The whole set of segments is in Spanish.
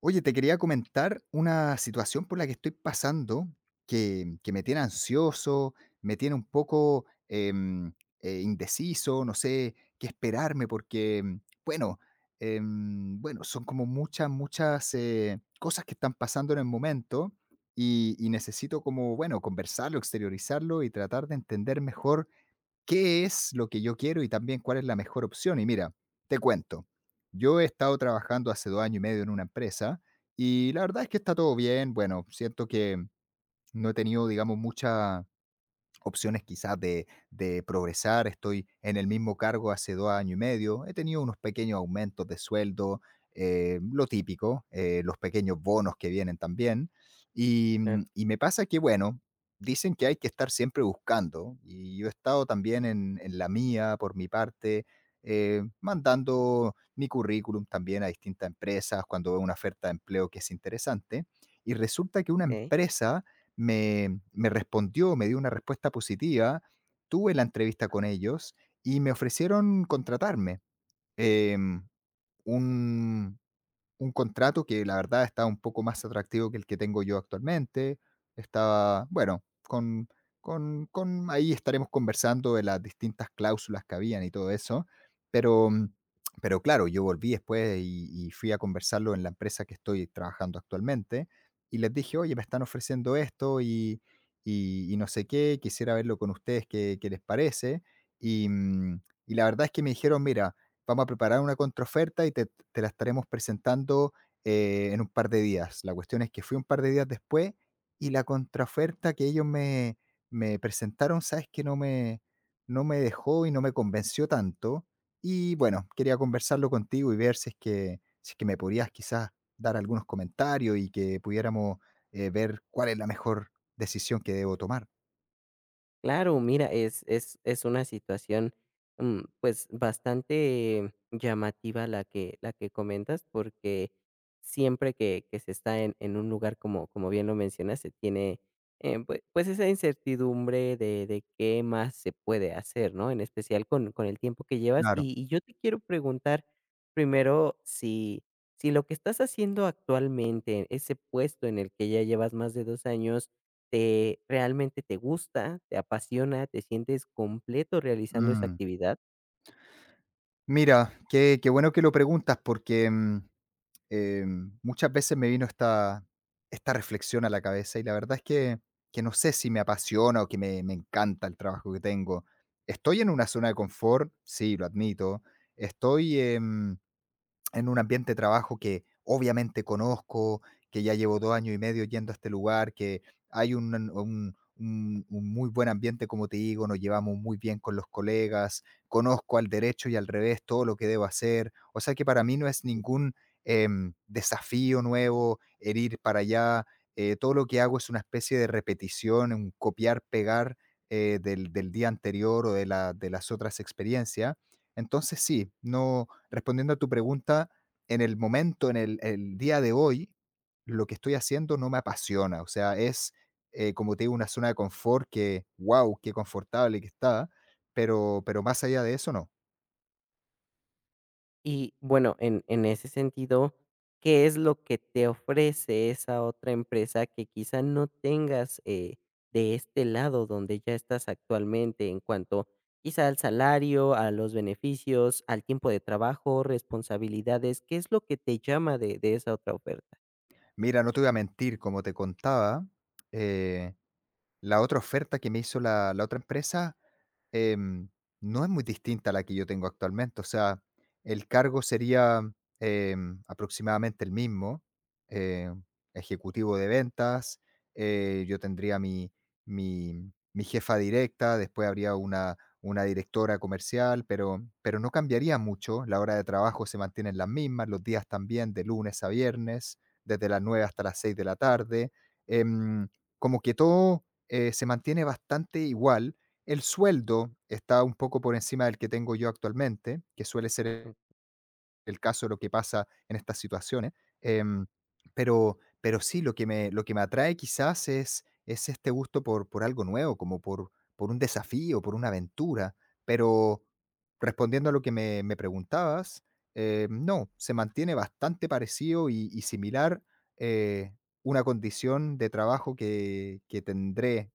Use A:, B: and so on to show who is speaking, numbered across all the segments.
A: Oye, te quería comentar una situación por la que estoy pasando que me tiene ansioso, me tiene un poco indeciso, no sé qué esperarme porque, bueno, son como muchas, muchas cosas que están pasando en el momento y necesito como, bueno, conversarlo, exteriorizarlo y tratar de entender mejor qué es lo que yo quiero y también cuál es la mejor opción. Y mira, te cuento, yo he estado trabajando hace dos años y medio en una empresa y la verdad es que está todo bien. Bueno, siento que no he tenido, digamos, mucha opciones quizás de progresar. Estoy en el mismo cargo hace dos años y medio. He tenido unos pequeños aumentos de sueldo, lo típico, los pequeños bonos que vienen también. Y me pasa que, bueno, dicen que hay que estar siempre buscando. Y yo he estado también en la mía, por mi parte, mandando mi currículum también a distintas empresas cuando veo una oferta de empleo que es interesante. Y resulta que una
B: Okey.
A: empresa me respondió, me dio una respuesta positiva, tuve la entrevista con ellos y me ofrecieron contratarme. Em, un, un contrato que la verdad está un poco más atractivo que el que tengo yo actualmente. Estaba, bueno, con ahí estaremos conversando de las distintas cláusulas que habían y todo eso. Pero, mm, pero claro, yo volví después y fui a conversarlo en la empresa que estoy trabajando actualmente y les dije, oye, me están ofreciendo esto y no sé qué, quisiera verlo con ustedes, qué les parece. Y, mm, y la verdad es que me dijeron, mira, vamos a preparar una contraoferta y te la estaremos presentando en un par de días. La cuestión es que fui un par de días después y la contraoferta que ellos me presentaron, sabes que no me dejó y no me convenció tanto. Y bueno, quería conversarlo contigo y ver si es que, si es que me podías quizás dar algunos comentarios y que pudiéramos ver cuál es la mejor decisión que debo tomar.
B: Claro, mira, es una situación, pues, bastante llamativa la que comentas, porque siempre que se está en un lugar, como bien lo mencionas, se tiene, pues esa incertidumbre de qué más se puede hacer, ¿no? En especial con el tiempo que llevas.
A: Claro.
B: Y yo te quiero preguntar primero si lo que estás haciendo actualmente, ese puesto en el que ya llevas más de 2 años, te realmente te gusta, te apasiona, te sientes completo realizando esa
A: Mm.
B: actividad.
A: Mira, qué bueno que lo preguntas porque eh, muchas veces me vino esta reflexión a la cabeza y la verdad es que no sé si me apasiona o que me encanta el trabajo que tengo. Estoy en una zona de confort, sí, lo admito. Estoy, en un ambiente de trabajo que obviamente conozco, que ya llevo 2 años y medio yendo a este lugar, que hay un muy buen ambiente, como te digo, nos llevamos muy bien con los colegas, conozco al derecho y al revés todo lo que debo hacer. O sea que para mí no es ningún, desafío nuevo, el ir para allá, todo lo que hago es una especie de repetición, un copiar, pegar, del día anterior o de la de las otras experiencias. Entonces sí, no respondiendo a tu pregunta, en el momento, el día de hoy, lo que estoy haciendo no me apasiona. O sea, es, como te digo, una zona de confort que, wow, qué confortable que está, pero más allá de eso, no.
B: Y bueno, en ese sentido, ¿qué es lo que te ofrece esa otra empresa que quizá no tengas de este lado donde ya estás actualmente, en cuanto quizá al salario, a los beneficios, al tiempo de trabajo, responsabilidades? ¿Qué es lo que te llama de esa otra oferta?
A: Mira, no te voy a mentir, como te contaba, eh, la otra oferta que me hizo la otra empresa. Em, no es muy distinta a la que yo tengo actualmente, o sea, el cargo sería, aproximadamente el mismo, eh, ejecutivo de ventas, yo tendría mi jefa directa, después habría una directora comercial, pero no cambiaría mucho, la hora de trabajo se mantienen las mismas, los días también de lunes a viernes, desde las 9 hasta las 6 de la tarde, em, como que todo, se mantiene bastante igual. El sueldo está un poco por encima del que tengo yo actualmente, que suele ser el caso de lo que pasa en estas situaciones. Em, pero sí, lo que me atrae quizás es este gusto por algo nuevo, como por un desafío, por una aventura. Pero respondiendo a lo que me preguntabas, no, se mantiene bastante parecido y similar eh, una condición de trabajo que tendré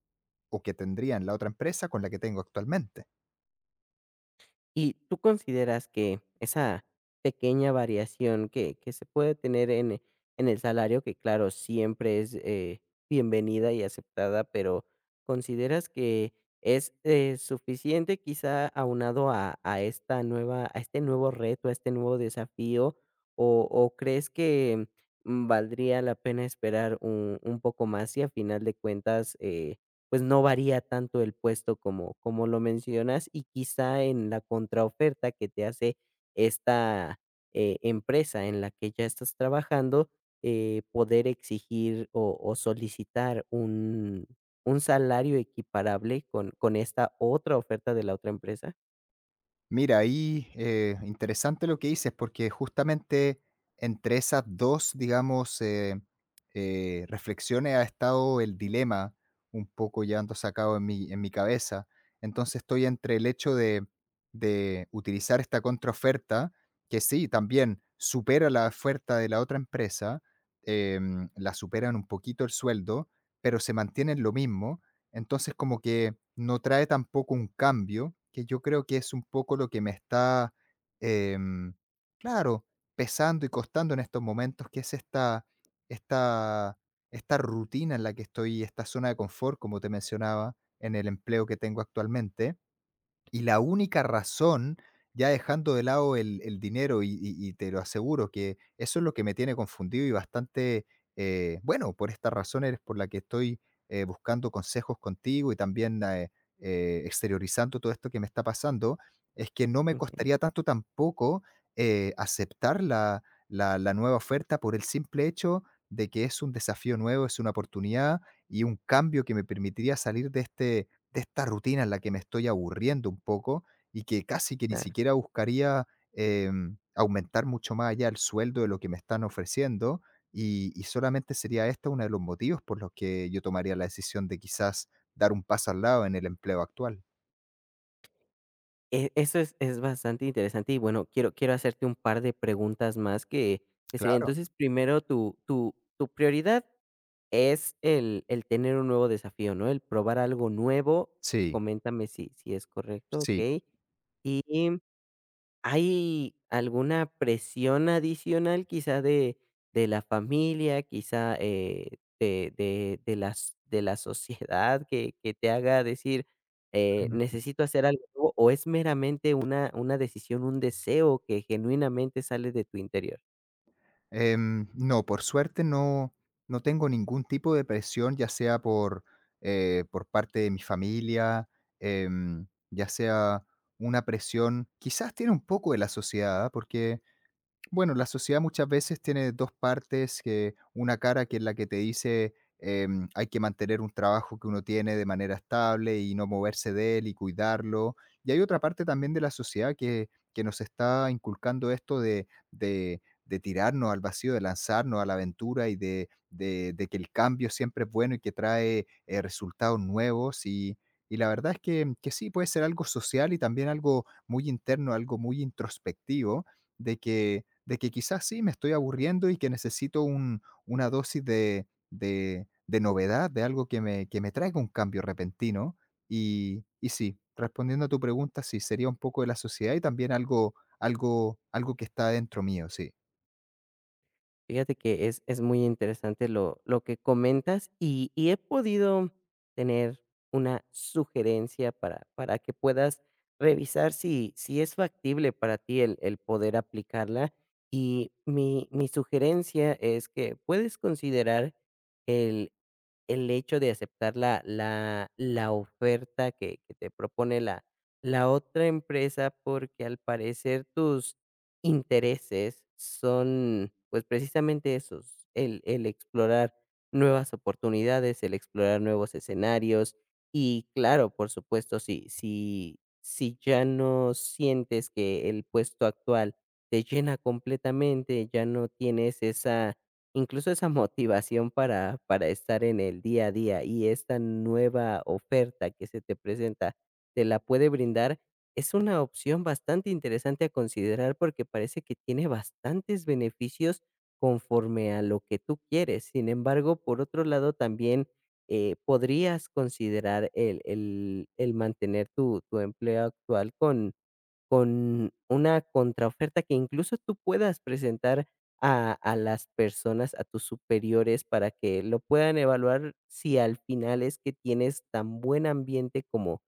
A: o que tendría en la otra empresa con la que tengo actualmente.
B: ¿Y tú consideras que esa pequeña variación que se puede tener en el salario, que claro, siempre es bienvenida y aceptada, pero consideras que es suficiente, quizá aunado a esta nueva, a este nuevo reto, a este nuevo desafío, o crees que valdría la pena esperar un poco más, y a final de cuentas pues, no varía tanto el puesto, como lo mencionas, y quizá en la contraoferta que te hace esta, empresa en la que ya estás trabajando, poder exigir o solicitar un salario equiparable con esta otra oferta de la otra empresa.
A: Mira, ahí interesante lo que dices, porque justamente entre esas dos, digamos, reflexiones ha estado el dilema un poco llevándose a cabo en mi cabeza. Entonces estoy entre el hecho de utilizar esta contraoferta, que sí, también supera la oferta de la otra empresa, la superan un poquito el sueldo, pero se mantienen lo mismo. Entonces como que no trae tampoco un cambio, que yo creo que es un poco lo que me está, em, claro, pesando y costando en estos momentos, que es esta esta esta rutina en la que estoy, esta zona de confort, como te mencionaba, en el empleo que tengo actualmente. Y la única razón, ya dejando de lado el dinero, y te lo aseguro que eso es lo que me tiene confundido y bastante, bueno, por esta razón eres por la que estoy, buscando consejos contigo y también, exteriorizando todo esto que me está pasando, es que no me
B: Okey,
A: costaría tanto tampoco, aceptar la nueva oferta por el simple hecho de que es un desafío nuevo, es una oportunidad y un cambio que me permitiría salir de este de esta rutina en la que me estoy aburriendo un poco y que casi que ni
B: claro.
A: siquiera buscaría, aumentar mucho más allá el sueldo de lo que me están ofreciendo, y solamente sería este uno de los motivos por los que yo tomaría la decisión de quizás dar un paso al lado en el empleo actual.
B: Eso es bastante interesante y, bueno, quiero hacerte un par de preguntas más, que sería,
A: Claro.
B: entonces, primero, tu prioridad. Es el tener un nuevo desafío, ¿no? El probar algo nuevo.
A: Sí,
B: Coméntame si es correcto,
A: sí.
B: okey. Y, ¿hay alguna presión adicional quizá de la familia, quizá, de las de la sociedad, que te haga decir, necesito hacer algo nuevo, o es meramente una decisión, un deseo que genuinamente sale de tu interior?
A: No, por suerte no, no tengo ningún tipo de presión, ya sea por parte de mi familia, ya sea una presión, quizás tiene un poco de la sociedad, ¿ah? Porque bueno, la sociedad muchas veces tiene dos partes, que una cara que es la que te dice hay que mantener un trabajo que uno tiene de manera estable y no moverse de él y cuidarlo. Y hay otra parte también de la sociedad que nos está inculcando esto de tirarnos al vacío, de lanzarnos a la aventura y de que el cambio siempre es bueno y que trae resultados nuevos. Y la verdad es que sí, puede ser algo social y también algo muy interno, algo muy introspectivo de que de que quizás sí me estoy aburriendo y que necesito un, una dosis de novedad, de algo que me traiga un cambio repentino. Y sí, respondiendo a tu pregunta, sí, sería un poco de la sociedad y también algo, algo, algo que está dentro mío, sí.
B: Fíjate que es muy interesante lo que comentas, y he podido tener una sugerencia para que puedas revisar si, si es factible para ti el poder aplicarla. Y mi sugerencia es que puedes considerar el hecho de aceptar la oferta que te propone la otra empresa, porque al parecer tus intereses son, pues, precisamente esos, el explorar nuevas oportunidades, el explorar nuevos escenarios. Y claro, por supuesto, si ya no sientes que el puesto actual te llena completamente, ya no tienes esa, incluso esa motivación para estar en el día a día, y esta nueva oferta que se te presenta, te la puede brindar, es una opción bastante interesante a considerar, porque parece que tiene bastantes beneficios conforme a lo que tú quieres. Sin embargo, por otro lado, también, podrías considerar el mantener tu empleo actual con una contraoferta que incluso tú puedas presentar a las personas, a tus superiores, para que lo puedan evaluar, si al final es que tienes tan buen ambiente como,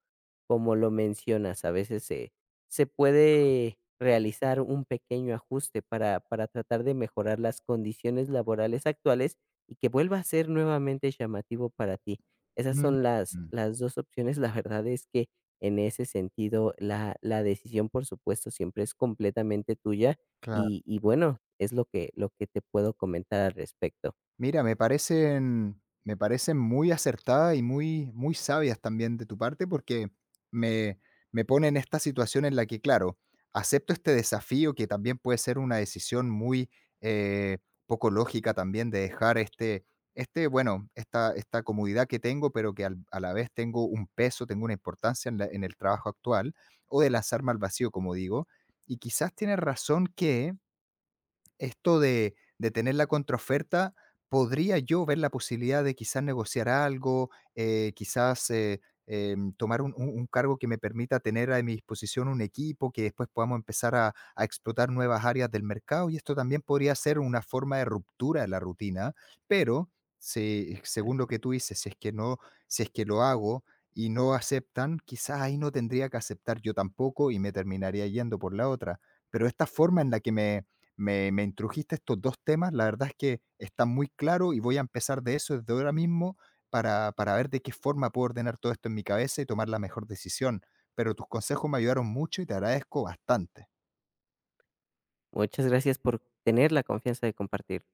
B: como lo mencionas. A veces se, se puede realizar un pequeño ajuste para tratar de mejorar las condiciones laborales actuales, y que vuelva a ser nuevamente llamativo para ti. Esas
A: Mm,
B: son
A: mm,
B: las dos opciones. La verdad es que en ese sentido, la decisión, por supuesto, siempre es completamente tuya,
A: claro.
B: y bueno, es lo que te puedo comentar al respecto.
A: Mira, me parecen muy acertadas y muy, muy sabias también de tu parte porque me, me pone en esta situación en la que, claro, acepto este desafío que también puede ser una decisión muy eh, poco lógica también de dejar este, este bueno, esta comodidad que tengo, pero que a la vez tengo un peso, tengo una importancia en, en el trabajo actual, o de lanzarme al vacío, como digo. Y quizás tienes razón que esto de tener la contraoferta, podría yo ver la posibilidad de quizás negociar algo, tomar un, un cargo que me permita tener a mi disposición un equipo, que después podamos empezar a explotar nuevas áreas del mercado y esto también podría ser una forma de ruptura de la rutina, pero según lo que tú dices, si es que no, si es que lo hago y no aceptan, quizás ahí no tendría que aceptar yo tampoco y me terminaría yendo por la otra. Pero esta forma en la que me, me intrujiste estos dos temas, la verdad es que están muy claros y voy a empezar de eso desde ahora mismo para ver de qué forma puedo ordenar todo esto en mi cabeza y tomar la mejor decisión. Pero tus consejos me ayudaron mucho y te agradezco bastante.
B: Muchas gracias por tener la confianza de compartir.